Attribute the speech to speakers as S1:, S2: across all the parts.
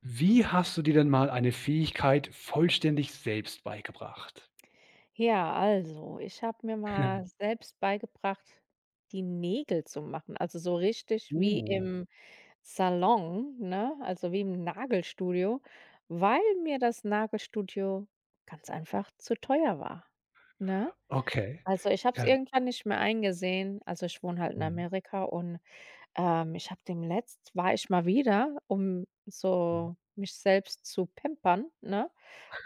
S1: Wie hast du dir denn mal eine Fähigkeit vollständig selbst beigebracht?
S2: Ja, also, ich habe mir mal selbst beigebracht, die Nägel zu machen, also, so richtig wie
S1: Uh,
S2: im Salon, ne, also, wie im Nagelstudio, weil mir das Nagelstudio ganz einfach zu teuer war, ne?
S1: okay.
S2: Also, ich habe es
S1: Ja,
S2: irgendwann nicht mehr eingesehen. Also, ich wohne halt in
S1: mhm,
S2: Amerika und, ich habe demletzt war ich mal wieder, um
S1: mhm.
S2: so mich selbst zu pampern, ne?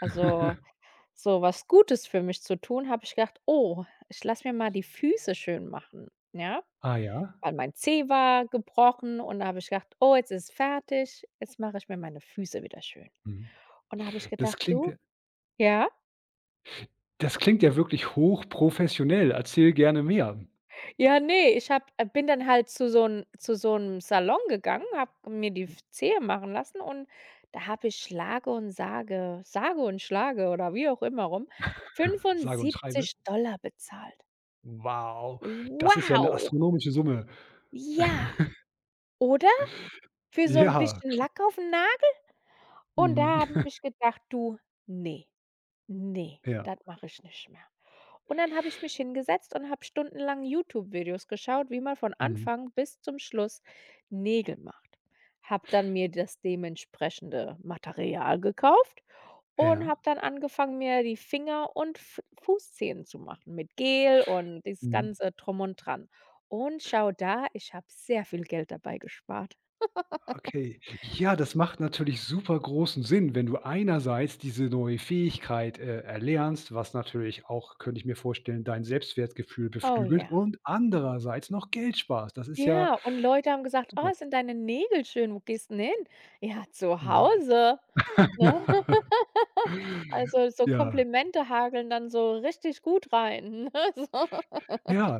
S2: Also, so was Gutes für mich zu tun, habe ich gedacht: „Oh, ich lasse mir mal die Füße schön machen", ja?
S1: Ah ja,
S2: Weil mein Zeh war gebrochen und da habe ich gedacht: „Oh, jetzt ist fertig, jetzt mache ich mir meine Füße wieder schön."
S1: mhm.
S2: Und da habe ich
S1: Das
S2: gedacht:
S1: klingt
S2: „Du",
S1: ja
S2: ja?
S1: das klingt ja wirklich hochprofessionell. Erzähl gerne mehr.
S2: Ja, nee, ich habe bin dann halt zu so einem zu so 'nem Salon gegangen, habe mir die F Zehe machen lassen und da habe ich Schlage und sage und schlage oder wie auch immer rum,
S1: Sage und schreibe.
S2: 75 bezahlt.
S1: Wow, das ist ja eine
S2: Wow!
S1: astronomische Summe.
S2: Ja. Oder für so 'n
S1: Ja,
S2: bisschen Lack auf'n Nagel, und
S1: mhm,
S2: da habe ich gedacht: „Du, ne, ne,
S1: ja,
S2: das mache ich nicht mehr." Und dann habe ich mich hingesetzt und habe stundenlang YouTube-Videos geschaut, wie man von
S1: mhm,
S2: Anfang bis zum Schluss Nägel macht. Habe dann mir das dementsprechende Material gekauft und
S1: ja,
S2: habe dann angefangen, mir die Finger und F Fußzehen zu machen mit Gel und dieses
S1: mhm.
S2: ganze Drum und Dran. Und schau da, ich habe sehr viel Geld dabei gespart.
S1: Okay. Ja, das macht natürlich super großen Sinn, wenn du einerseits diese neue Fähigkeit, erlernst, was natürlich auch, könnte ich mir vorstellen, dein Selbstwertgefühl
S2: Oh
S1: beflügelt
S2: ja.
S1: und andererseits noch Geld sparst. Das ist ja
S2: Ja, und Leute haben gesagt:
S1: super.
S2: „Oh, sind deine Nägel schön. Wo gehst 'n hin?" „Ja, zu
S1: Mhm.
S2: Hause", ne? Also, so
S1: Ja,
S2: Komplimente hageln dann so richtig gut rein, ne, so.
S1: ja,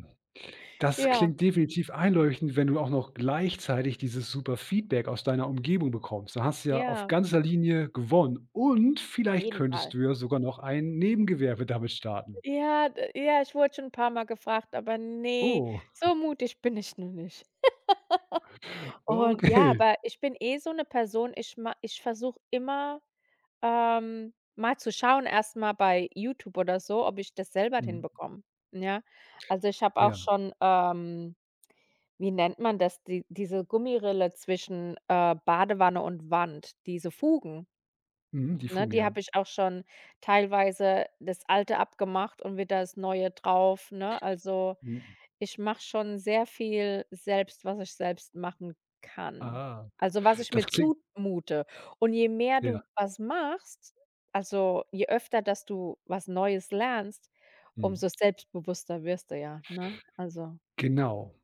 S1: das
S2: Ja,
S1: klingt definitiv einleuchtend, wenn du auch noch gleichzeitig dieses super Feedback aus deiner Umgebung bekommst. Dann hast du ja auf
S2: ja,
S1: ganzer Linie gewonnen und
S2: auf
S1: vielleicht
S2: jeden
S1: könntest
S2: Fall.
S1: du ja sogar noch ein Nebengewerbe damit starten.
S2: Ja, d ja, ich wurde schon 'n paar Mal gefragt, aber ne,
S1: Oh.
S2: so mutig bin ich noch nicht. Und ja,
S1: Okay.
S2: aber ich bin eh so 'ne Person, ich versuche immer, mal zu schauen erstmal bei YouTube oder so, ob ich das selber
S1: Mhm.
S2: hinbekomme, ja? Also, ich habe auch
S1: Ja.
S2: schon, wie nennt man das, diese Gummirille zwischen, Badewanne und Wand, diese Fugen.
S1: Mhm, die
S2: Ne,
S1: Fugen,
S2: die
S1: ja.
S2: habe ich auch schon teilweise, das Alte abgemacht und wieder das Neue drauf, ne? Also,
S1: Mhm.
S2: ich mache schon sehr viel selbst, was ich selbst machen kann.
S1: Ah,
S2: Also, was ich
S1: das
S2: mir
S1: klingt
S2: zumute. Und je mehr
S1: ja,
S2: du was machst, also, je öfter, dass du was Neues lernst,
S1: mhm.
S2: umso selbstbewusster wirst du ja, ne? Also,
S1: Genau.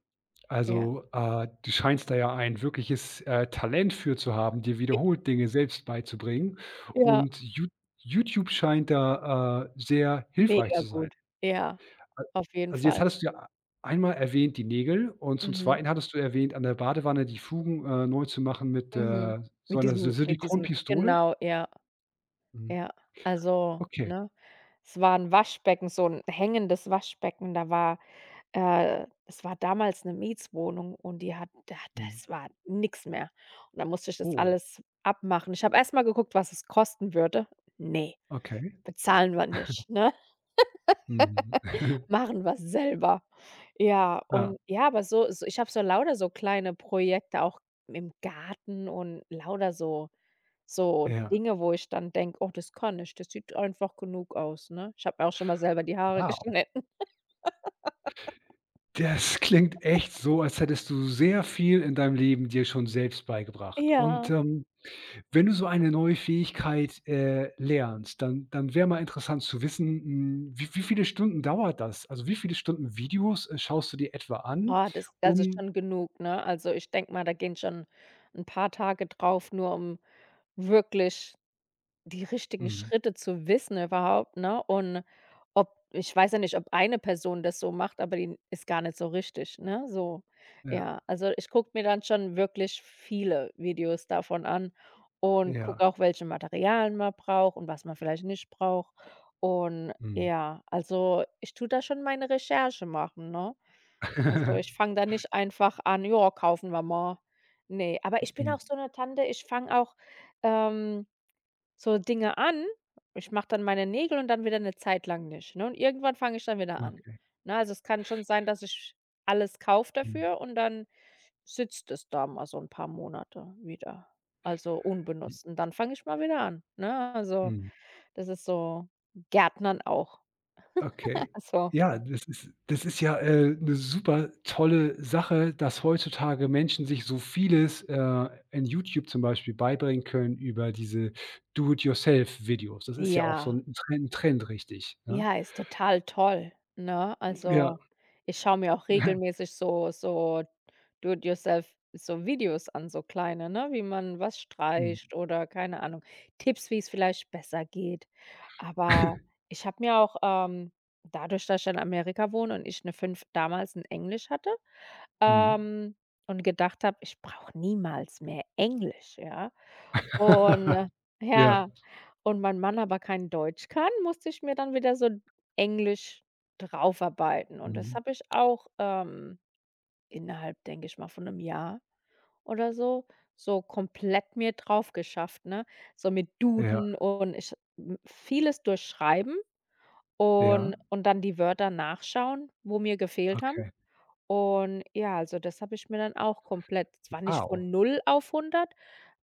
S2: ja.
S1: Also, du scheinst da ja ein wirkliches, Talent für zu haben, dir wiederholt Dinge selbst beizubringen
S2: Ja,
S1: und YouTube scheint da, sehr hilfreich
S2: mega
S1: zu sein.
S2: gut. Ja,
S1: Al
S2: auf jeden
S1: also, jetzt
S2: Fall.
S1: hattest du ja einmal erwähnt die Nägel und zum
S2: Mhm,
S1: Zweiten hattest du erwähnt, an der Badewanne die Fugen, neu zu machen mit,
S2: mhm.
S1: so
S2: Mit
S1: einer Si
S2: diesem mit diesem
S1: Silikonpistole?
S2: genau, ja.
S1: Mhm.
S2: Ja, also,
S1: Okay.
S2: ne? Es war 'n Waschbecken, so 'n hängendes Waschbecken. Da war Es war damals 'ne Mietswohnung und die hat da,
S1: Mhm.
S2: das war nix mehr. Und dann musste ich das
S1: Oh,
S2: alles abmachen. Ich habe erst mal geguckt, was es kosten würde. Ne,
S1: okay.
S2: bezahlen wir nicht, ne?
S1: Mhm.
S2: Machen wir selber. Ja,
S1: Ja,
S2: und ja, aber so ich habe so lauter so kleine Projekte auch im Garten und lauter so
S1: ja.
S2: Dinge, wo ich dann denke: „Oh, das kann ich. Das sieht einfach genug aus", ne? Ich habe mir auch schon mal selber die Haare
S1: Wow.
S2: geschnitten.
S1: Das klingt echt so, als hättest du sehr viel in deinem Leben dir schon selbst beigebracht.
S2: Ja.
S1: Und, wenn du so eine neue Fähigkeit, lernst, dann wäre mal interessant zu wissen, wie viele Stunden dauert das? Also, wie viele Stunden Videos, schaust du dir etwa an,
S2: Oh, das ist
S1: um
S2: schon genug, ne? Also, ich denke mal, da gehen schon 'n paar Tage drauf, nur um wirklich die richtigen
S1: mhm,
S2: Schritte zu wissen überhaupt, ne? Und ob ich weiß ja nicht, ob eine Person das so macht, aber die ist gar nicht so richtig, ne? So,
S1: ja,
S2: ja. Also, ich gucke mir dann schon wirklich viele Videos davon an und gucke
S1: ja,
S2: auch, welche Materialien man braucht und was man vielleicht nicht braucht. Und
S1: mhm.
S2: ja, also, ich tue da schon meine Recherche machen, ne? Also, ich fange da nicht einfach an: „Ja, kaufen wir mal." Nee, aber ich bin
S1: Mhm,
S2: auch so eine Tante, ich fange auch, ähm so Dinge an. Ich mache dann meine Nägel und dann wieder eine Zeit lang nicht, ne? Und irgendwann fange ich dann wieder an,
S1: okay,
S2: ne? Also, es kann schon sein, dass ich alles kaufe
S1: mhm,
S2: dafür und dann sitzt es da mal so ein paar Monate wieder, also unbenutzt. Und dann fange ich mal wieder an, ne? Also,
S1: mhm.
S2: das ist so Gärtnern auch.
S1: Okay.
S2: Also,
S1: Ja, das ist ja, 'ne super tolle Sache, dass heutzutage Menschen sich so vieles, in YouTube zum Beispiel beibringen können über diese Do-it-yourself-Videos. Das ist ja auch so
S2: ja.
S1: ein Trend, richtig, ne?
S2: Ja, ist total toll, ne?
S1: Ja.
S2: Also, ich schaue mir auch regelmäßig so do it yourself so Videos an, so kleine, ne, wie man was
S1: Mhm.
S2: streicht oder keine Ahnung, Tipps, wie es vielleicht besser geht. Aber ich habe mir auch, dadurch, dass ich in Amerika wohne und ich 'ne 5 damals in Englisch hatte,
S1: Mhm.
S2: ähm, und gedacht habe, ich brauche niemals mehr Englisch, ja? Und
S1: Ja.
S2: ja, und mein Mann aber kein Deutsch kann, musste ich mir dann wieder so Englisch draufarbeiten. Und das
S1: Mhm.
S2: habe ich auch, innerhalb, denke ich mal, von einem Jahr oder so, so komplett mir drauf geschafft, ne? So mit
S1: Ja,
S2: Duden und ich m vieles durchschreiben und
S1: ja,
S2: und dann die Wörter nachschauen, wo mir gefehlt haben.
S1: okay.
S2: Und ja, also das habe ich mir dann auch komplett, zwar nicht
S1: Wow.
S2: von null auf hundert,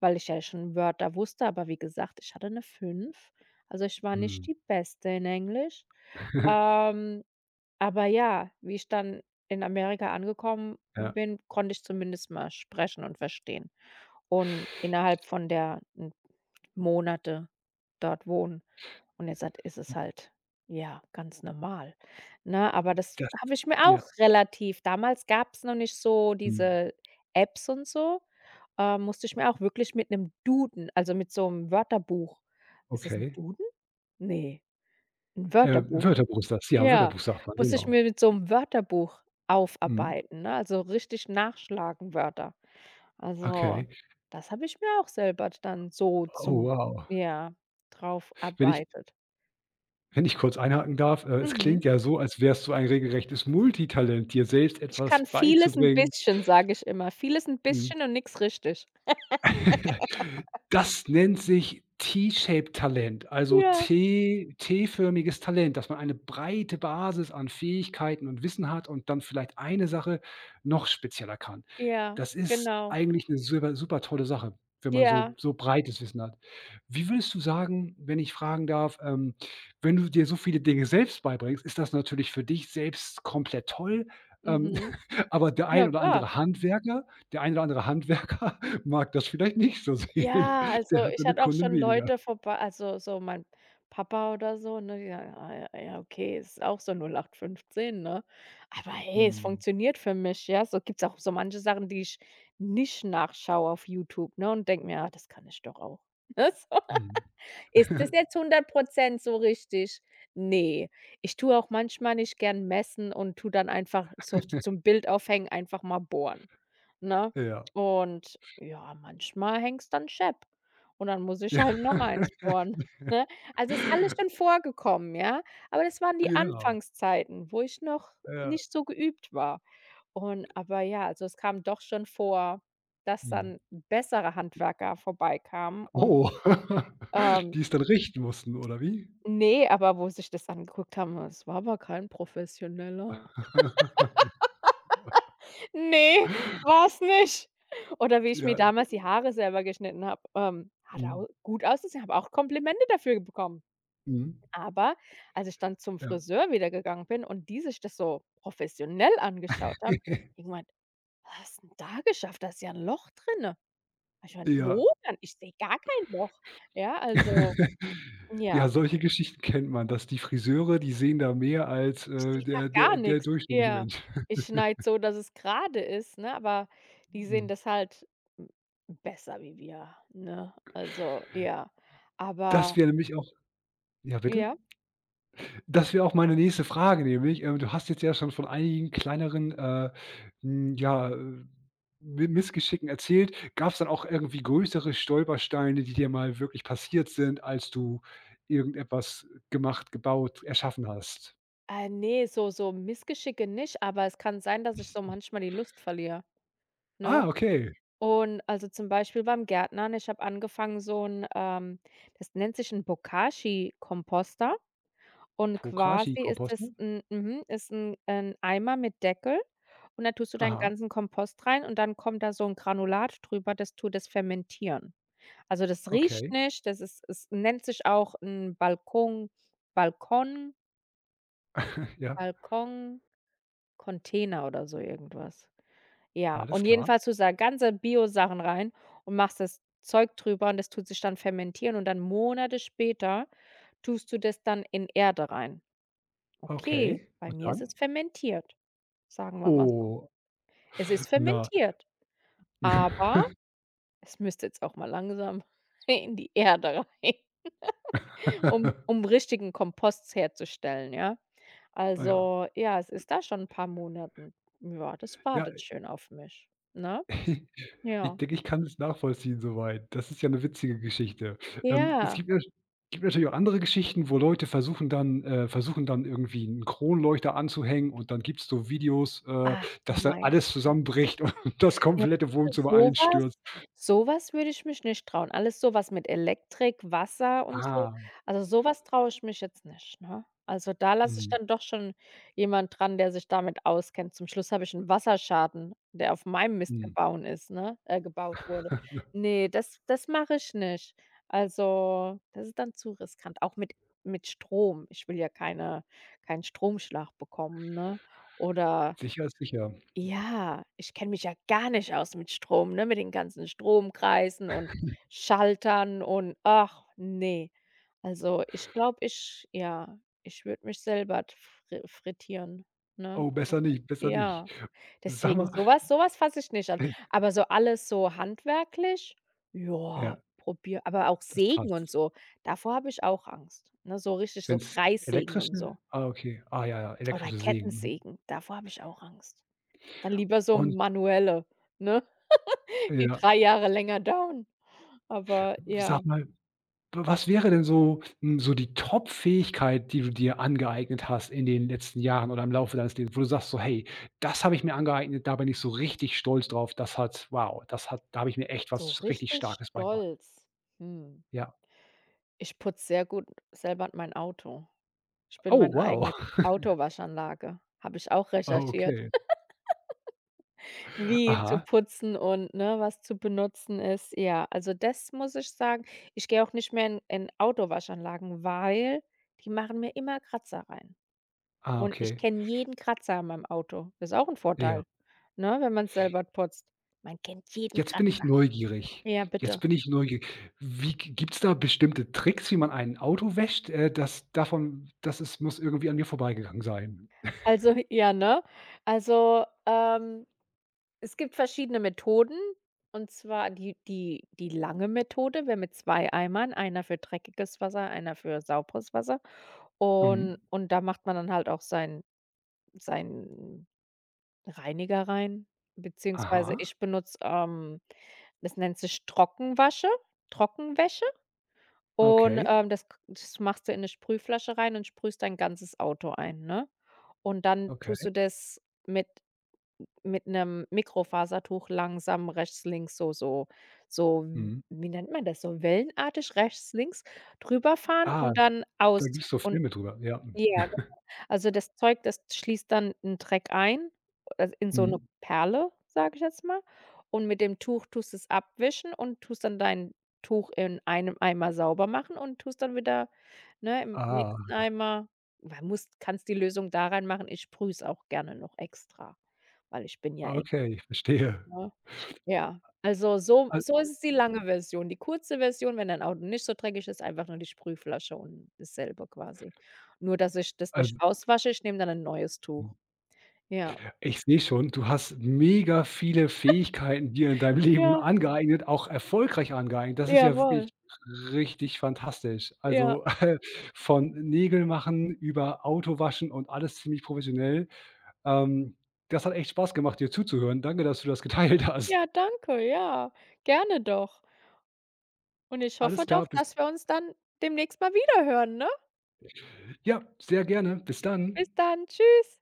S2: weil ich ja schon Wörter wusste, aber wie gesagt, ich hatte eine fünf. Also, ich war nicht
S1: Mhm.
S2: die Beste in Englisch. Ähm, aber ja, wie ich dann in Amerika angekommen
S1: Ja.
S2: bin, konnte ich zumindest mal sprechen und verstehen und innerhalb von der n Monate dort wohnen. Und jetzt hat ist es halt, ja, ganz normal, ne? Aber das
S1: Das
S2: habe ich mir
S1: ja,
S2: auch relativ, damals gab es noch nicht so
S1: mhm,
S2: diese Apps und so, musste ich mir auch wirklich mit einem Duden, also mit so einem Wörterbuch, ist es ein
S1: okay.
S2: Duden? Ne, ein Wörterbuch.
S1: Wörterbuch ist das. Ja,
S2: Ja,
S1: Wörterbuch sagt man,
S2: musste ich
S1: genau.
S2: mir mit so einem Wörterbuch
S1: Mhm.
S2: aufarbeiten, ne? Also richtig nachschlagen, Wörter.
S1: Okay.
S2: Also, das habe ich mir auch selber dann so
S1: Oh,
S2: zum,
S1: wow.
S2: ja,
S1: Wenn ich
S2: draufarbeitet.
S1: wenn ich kurz einhaken darf, es
S2: Mhm.
S1: klingt ja so, als wärst du ein regelrechtes Multitalent, dir selbst
S2: Ich
S1: etwas
S2: kann vieles 'n
S1: beizubringen.
S2: bisschen, sage ich immer. Vieles 'n
S1: Mhm.
S2: bisschen und nix richtig.
S1: Das nennt sich T-Shaped Talent, also
S2: Ja,
S1: T T-förmiges Talent, dass man eine breite Basis an Fähigkeiten und Wissen hat und dann vielleicht eine Sache noch spezieller kann.
S2: ja,
S1: Das ist
S2: genau.
S1: eigentlich eine super super tolle Sache, wenn man so
S2: Ja,
S1: so breites Wissen hat. Wie würdest du sagen, wenn ich fragen darf, wenn du dir so viele Dinge selbst beibringst, ist das natürlich für dich selbst komplett toll? Ähm,
S2: mhm.
S1: aber
S2: Ja, klar.
S1: der ein oder andere Handwerker mag das vielleicht nicht so sehen.
S2: Ja,
S1: Der
S2: also,
S1: hat
S2: ich
S1: dann 'ne
S2: hatte auch
S1: Kundin
S2: schon
S1: weniger.
S2: Leute vorbei, also, so mein Papa oder so, ne? Ja, ja, ah, ja, ja, okay, ist auch so 08/15, ne? Aber hey, es
S1: Mhm,
S2: funktioniert für mich, ja? So gibt's auch so manche Sachen, die ich nicht nachschaue auf YouTube, ne, und denke mir: „Ja, das kann ich doch auch." Ne, so.
S1: mhm.
S2: Ist das jetzt 100% so richtig? Ne. Ich tue auch manchmal nicht gern messen und tue dann einfach, so zum Bild aufhängen, einfach mal bohren, ne?
S1: Ja.
S2: Und ja, manchmal hängt es dann schepp und dann muss ich
S1: Ja.
S2: halt noch eins bohren, ne? Also, ist alles schon vorgekommen, ja? Aber das waren die
S1: Genau,
S2: Anfangszeiten, wo ich noch
S1: ja.
S2: nicht so geübt war. Und aber ja, also, es kam doch schon vor, dass
S1: Mhm.
S2: dann bessere Handwerker vorbeikamen und,
S1: Oh,
S2: ähm
S1: die es dann richten mussten, oder wie?
S2: ne, aber wo sich das angeguckt haben, es war aber kein Professioneller. Ne, war's nicht. Oder wie ich mir
S1: Ja,
S2: damals die Haare selber geschnitten habe, hat
S1: mhm,
S2: au gut ausgesehen, habe auch Komplimente dafür bekommen.
S1: mhm,
S2: Aber als ich dann zum
S1: ja.
S2: Friseur wieder gegangen bin und die sich das so professionell angeschaut haben, die gemeint: „Was hast 'n da geschafft? Da ist ja 'n Loch drinne." Habe ich gemeint: „Wo
S1: Ja.
S2: denn? Ich sehe gar kein Loch." Ja, also,
S1: Ja,
S2: ja.
S1: solche Geschichten kennt man, dass die Friseure, die sehen da mehr als,
S2: Ich sehe da
S1: der
S2: gar
S1: der der
S2: nix.
S1: durchschnittliche
S2: Ja,
S1: Mensch.
S2: ich schneide so, dass es gerade ist, ne, aber die sehen
S1: Mhm.
S2: das halt m besser wie wir, ne? Also, ja.
S1: Das
S2: Aber
S1: wäre nämlich auch. Ja, bitte?
S2: ja?
S1: Das wäre auch meine nächste Frage nämlich. Du hast jetzt ja schon von einigen kleineren, hm, ja, Mi Missgeschicken erzählt. Gab's dann auch irgendwie größere Stolpersteine, die dir mal wirklich passiert sind, als du irgendetwas gemacht, gebaut, erschaffen hast?
S2: Ah, ne, so Missgeschicke nicht, aber es kann sein, dass ich so manchmal die Lust verliere,
S1: Ah,
S2: ne?
S1: okay.
S2: Und also, zum Beispiel beim Gärtnern, ich habe angefangen, so 'n, das nennt sich 'n Bokashi-Komposter. Und quasi ist es
S1: Pokrashi-Komposte?
S2: 'n mhm, ist 'n 'n Eimer mit Deckel und da tust du deinen
S1: Aha,
S2: ganzen Kompost rein und dann kommt da so 'n Granulat drüber, das tut das fermentieren. Also, das riecht
S1: okay.
S2: nicht, das ist es nennt sich auch 'n Balkon
S1: Ja,
S2: Balkon Container oder so irgendwas. Ja,
S1: alles
S2: und
S1: klar.
S2: jedenfalls tust du da ganze Biosachen rein und machst das Zeug drüber und das tut sich dann fermentieren und dann Monate später tust du das dann in Erde rein. Okay,
S1: Okay.
S2: bei
S1: Und
S2: mir ist
S1: dann?
S2: es fermentiert, sagen wir mal so.
S1: Oh,
S2: Es ist
S1: na.
S2: fermentiert, aber es müsste jetzt auch mal langsam in die Erde rein, um richtigen Kompost herzustellen, ja?
S1: Ah ja.
S2: Also, ja, es ist da schon ein paar Monaten. Ja, das
S1: Ja.
S2: wartet schön auf mich, ne?
S1: Ich
S2: Ja.
S1: denke, ich kann es nachvollziehen soweit. Das ist ja 'ne witzige Geschichte. Es
S2: Ja.
S1: gibt natürlich auch andere Geschichten, wo Leute versuchen dann irgendwie 'n Kronleuchter anzuhängen und dann gibt's so Videos,
S2: Ach, du
S1: dass dann
S2: meine
S1: alles
S2: Güte.
S1: zusammenbricht und das
S2: Ja,
S1: komplette Wohnzimmer
S2: so was
S1: einstürzt.
S2: so was würde ich mich nicht trauen. Alles so was mit Elektrik, Wasser und so,
S1: Ah,
S2: also so was traue ich mich jetzt nicht, ne? Also, da lasse ich
S1: mhm,
S2: dann doch schon jemand dran, der sich damit auskennt. Zum Schluss habe ich 'n Wasserschaden, der auf meinem Mist
S1: mhm.
S2: gebaut ist, ne, gebaut wurde. Ne, das mache ich nicht. Also, das ist dann zu riskant, auch mit Strom. Ich will ja keinen Stromschlag bekommen, ne? Oder
S1: Sicher ist sicher.
S2: ja, ich kenne mich ja gar nicht aus mit Strom, ne, mit den ganzen Stromkreisen und Schaltern und ach ne. Also, ich glaube, ich würde mich selber t fri frittieren, ne?
S1: Oh, besser
S2: Also,
S1: nicht, besser nicht.
S2: ja.
S1: Sag
S2: Deswegen
S1: mal
S2: sowas fasse ich nicht an. Aber so alles so handwerklich, ja,
S1: ja,
S2: probier, aber auch
S1: das
S2: Sägen und
S1: passt.
S2: so, davor habe ich auch Angst, ne? So richtig, so
S1: Wenn's
S2: Kreissägen und
S1: elektrische.
S2: so
S1: Ah, okay. Ah, ja, ja,
S2: oder
S1: elektrische Sägen, mhm.
S2: Kettensägen, davor habe ich auch Angst. Dann lieber so
S1: Und
S2: manuelle, ne, die
S1: ja,
S2: 3 Jahre länger dauern. Aber ja,
S1: sag mal was wäre denn so so die Top-Fähigkeit, die du dir angeeignet hast in den letzten Jahren oder im Laufe deines Lebens, wo du sagst so: „Hey, das habe ich mir angeeignet, da bin ich so richtig stolz drauf. Das hat wow, das hat da habe ich mir echt
S2: so
S1: was richtig
S2: richtig
S1: Starkes beigebracht.“
S2: stolz, hm,
S1: Ja.
S2: ich putze sehr gut selber mein Auto. Ich bin
S1: Oh,
S2: meine
S1: wow.
S2: eigene Autowaschanlage, habe ich auch
S1: Oh,
S2: recherchiert,
S1: okay.
S2: wie zu
S1: Aha.
S2: putzen und, ne, was zu benutzen ist. Ja, also, das muss ich sagen. Ich gehe auch nicht mehr in Autowaschanlagen, weil die machen mir immer Kratzer rein.
S1: Ah,
S2: Und ich
S1: okay.
S2: kenne jeden Kratzer an meinem Auto. Das ist auch 'n
S1: Ja.
S2: Vorteil, ne, wenn man's selber putzt. Man kennt jeden
S1: Jetzt bin ich
S2: Kratzer.
S1: neugierig.
S2: Ja,
S1: Jetzt
S2: bitte.
S1: bin ich neugierig. Wie g gibt's da bestimmte Tricks, wie man ein Auto wäscht? Das davon das ist muss irgendwie an mir vorbeigegangen sein.
S2: Also, ja, ne? Also, es gibt verschiedene Methoden, und zwar die lange Methode wäre mit 2 Eimern, einer für dreckiges Wasser, einer für sauberes Wasser. Und
S1: Mhm.
S2: und da macht man dann halt auch seinen Reiniger rein, beziehungsweise
S1: Aha.
S2: ich benutze, das nennt sich Trockenwasche Trockenwäsche. Und,
S1: Okay.
S2: das machst du in eine Sprühflasche rein und sprühst dein ganzes Auto ein, ne? Und dann tust
S1: Okay.
S2: du das mit mit einem Mikrofasertuch langsam rechts, links, so so so w
S1: Mhm.
S2: wie nennt man das? So wellenartig rechts, links drüber fahren
S1: Ah,
S2: und dann
S1: da
S2: aus,
S1: gibt's so
S2: und
S1: Filme drüber, ja.
S2: ja. Also, das Zeug, das schließt dann 'n Dreck ein, also, in so 'ne
S1: Mhm.
S2: Perle, sage ich jetzt mal. Und mit dem Tuch tust du's abwischen und tust dann dein Tuch in einem Eimer sauber machen und tust dann wieder, ne, im
S1: Ah,
S2: nächsten Eimer, man muss kannst die Lösung da reinmachen. Ich sprühe es auch gerne noch extra, weil ich bin ja extra,
S1: okay, ich verstehe.
S2: ja, also so
S1: Al
S2: so ist es die lange Version. Die kurze Version, wenn dein Auto nicht so dreckig ist, einfach nur die Sprühflasche und dasselbe quasi. Nur, dass ich das nicht
S1: also,
S2: auswasche, ich nehme dann 'n neues Tuch. Ja.
S1: ich sehe schon, du hast mega viele Fähigkeiten dir in deinem Leben
S2: Ja,
S1: angeeignet, auch erfolgreich angeeignet. Das ist ja
S2: jawohl.
S1: wirklich richtig fantastisch.
S2: Ja.
S1: Also, von Nägel machen über Autowaschen und alles ziemlich professionell. Ähm, das hat echt Spaß gemacht, dir zuzuhören. Danke, dass du das geteilt hast.
S2: Ja, danke, ja. Gerne doch. Und ich
S1: Alles
S2: hoffe
S1: klar,
S2: doch,
S1: bis
S2: dass wir uns dann demnächst mal wiederhören, ne?
S1: ja, sehr gerne. Bis
S2: Bis
S1: dann.
S2: dann. Tschüss.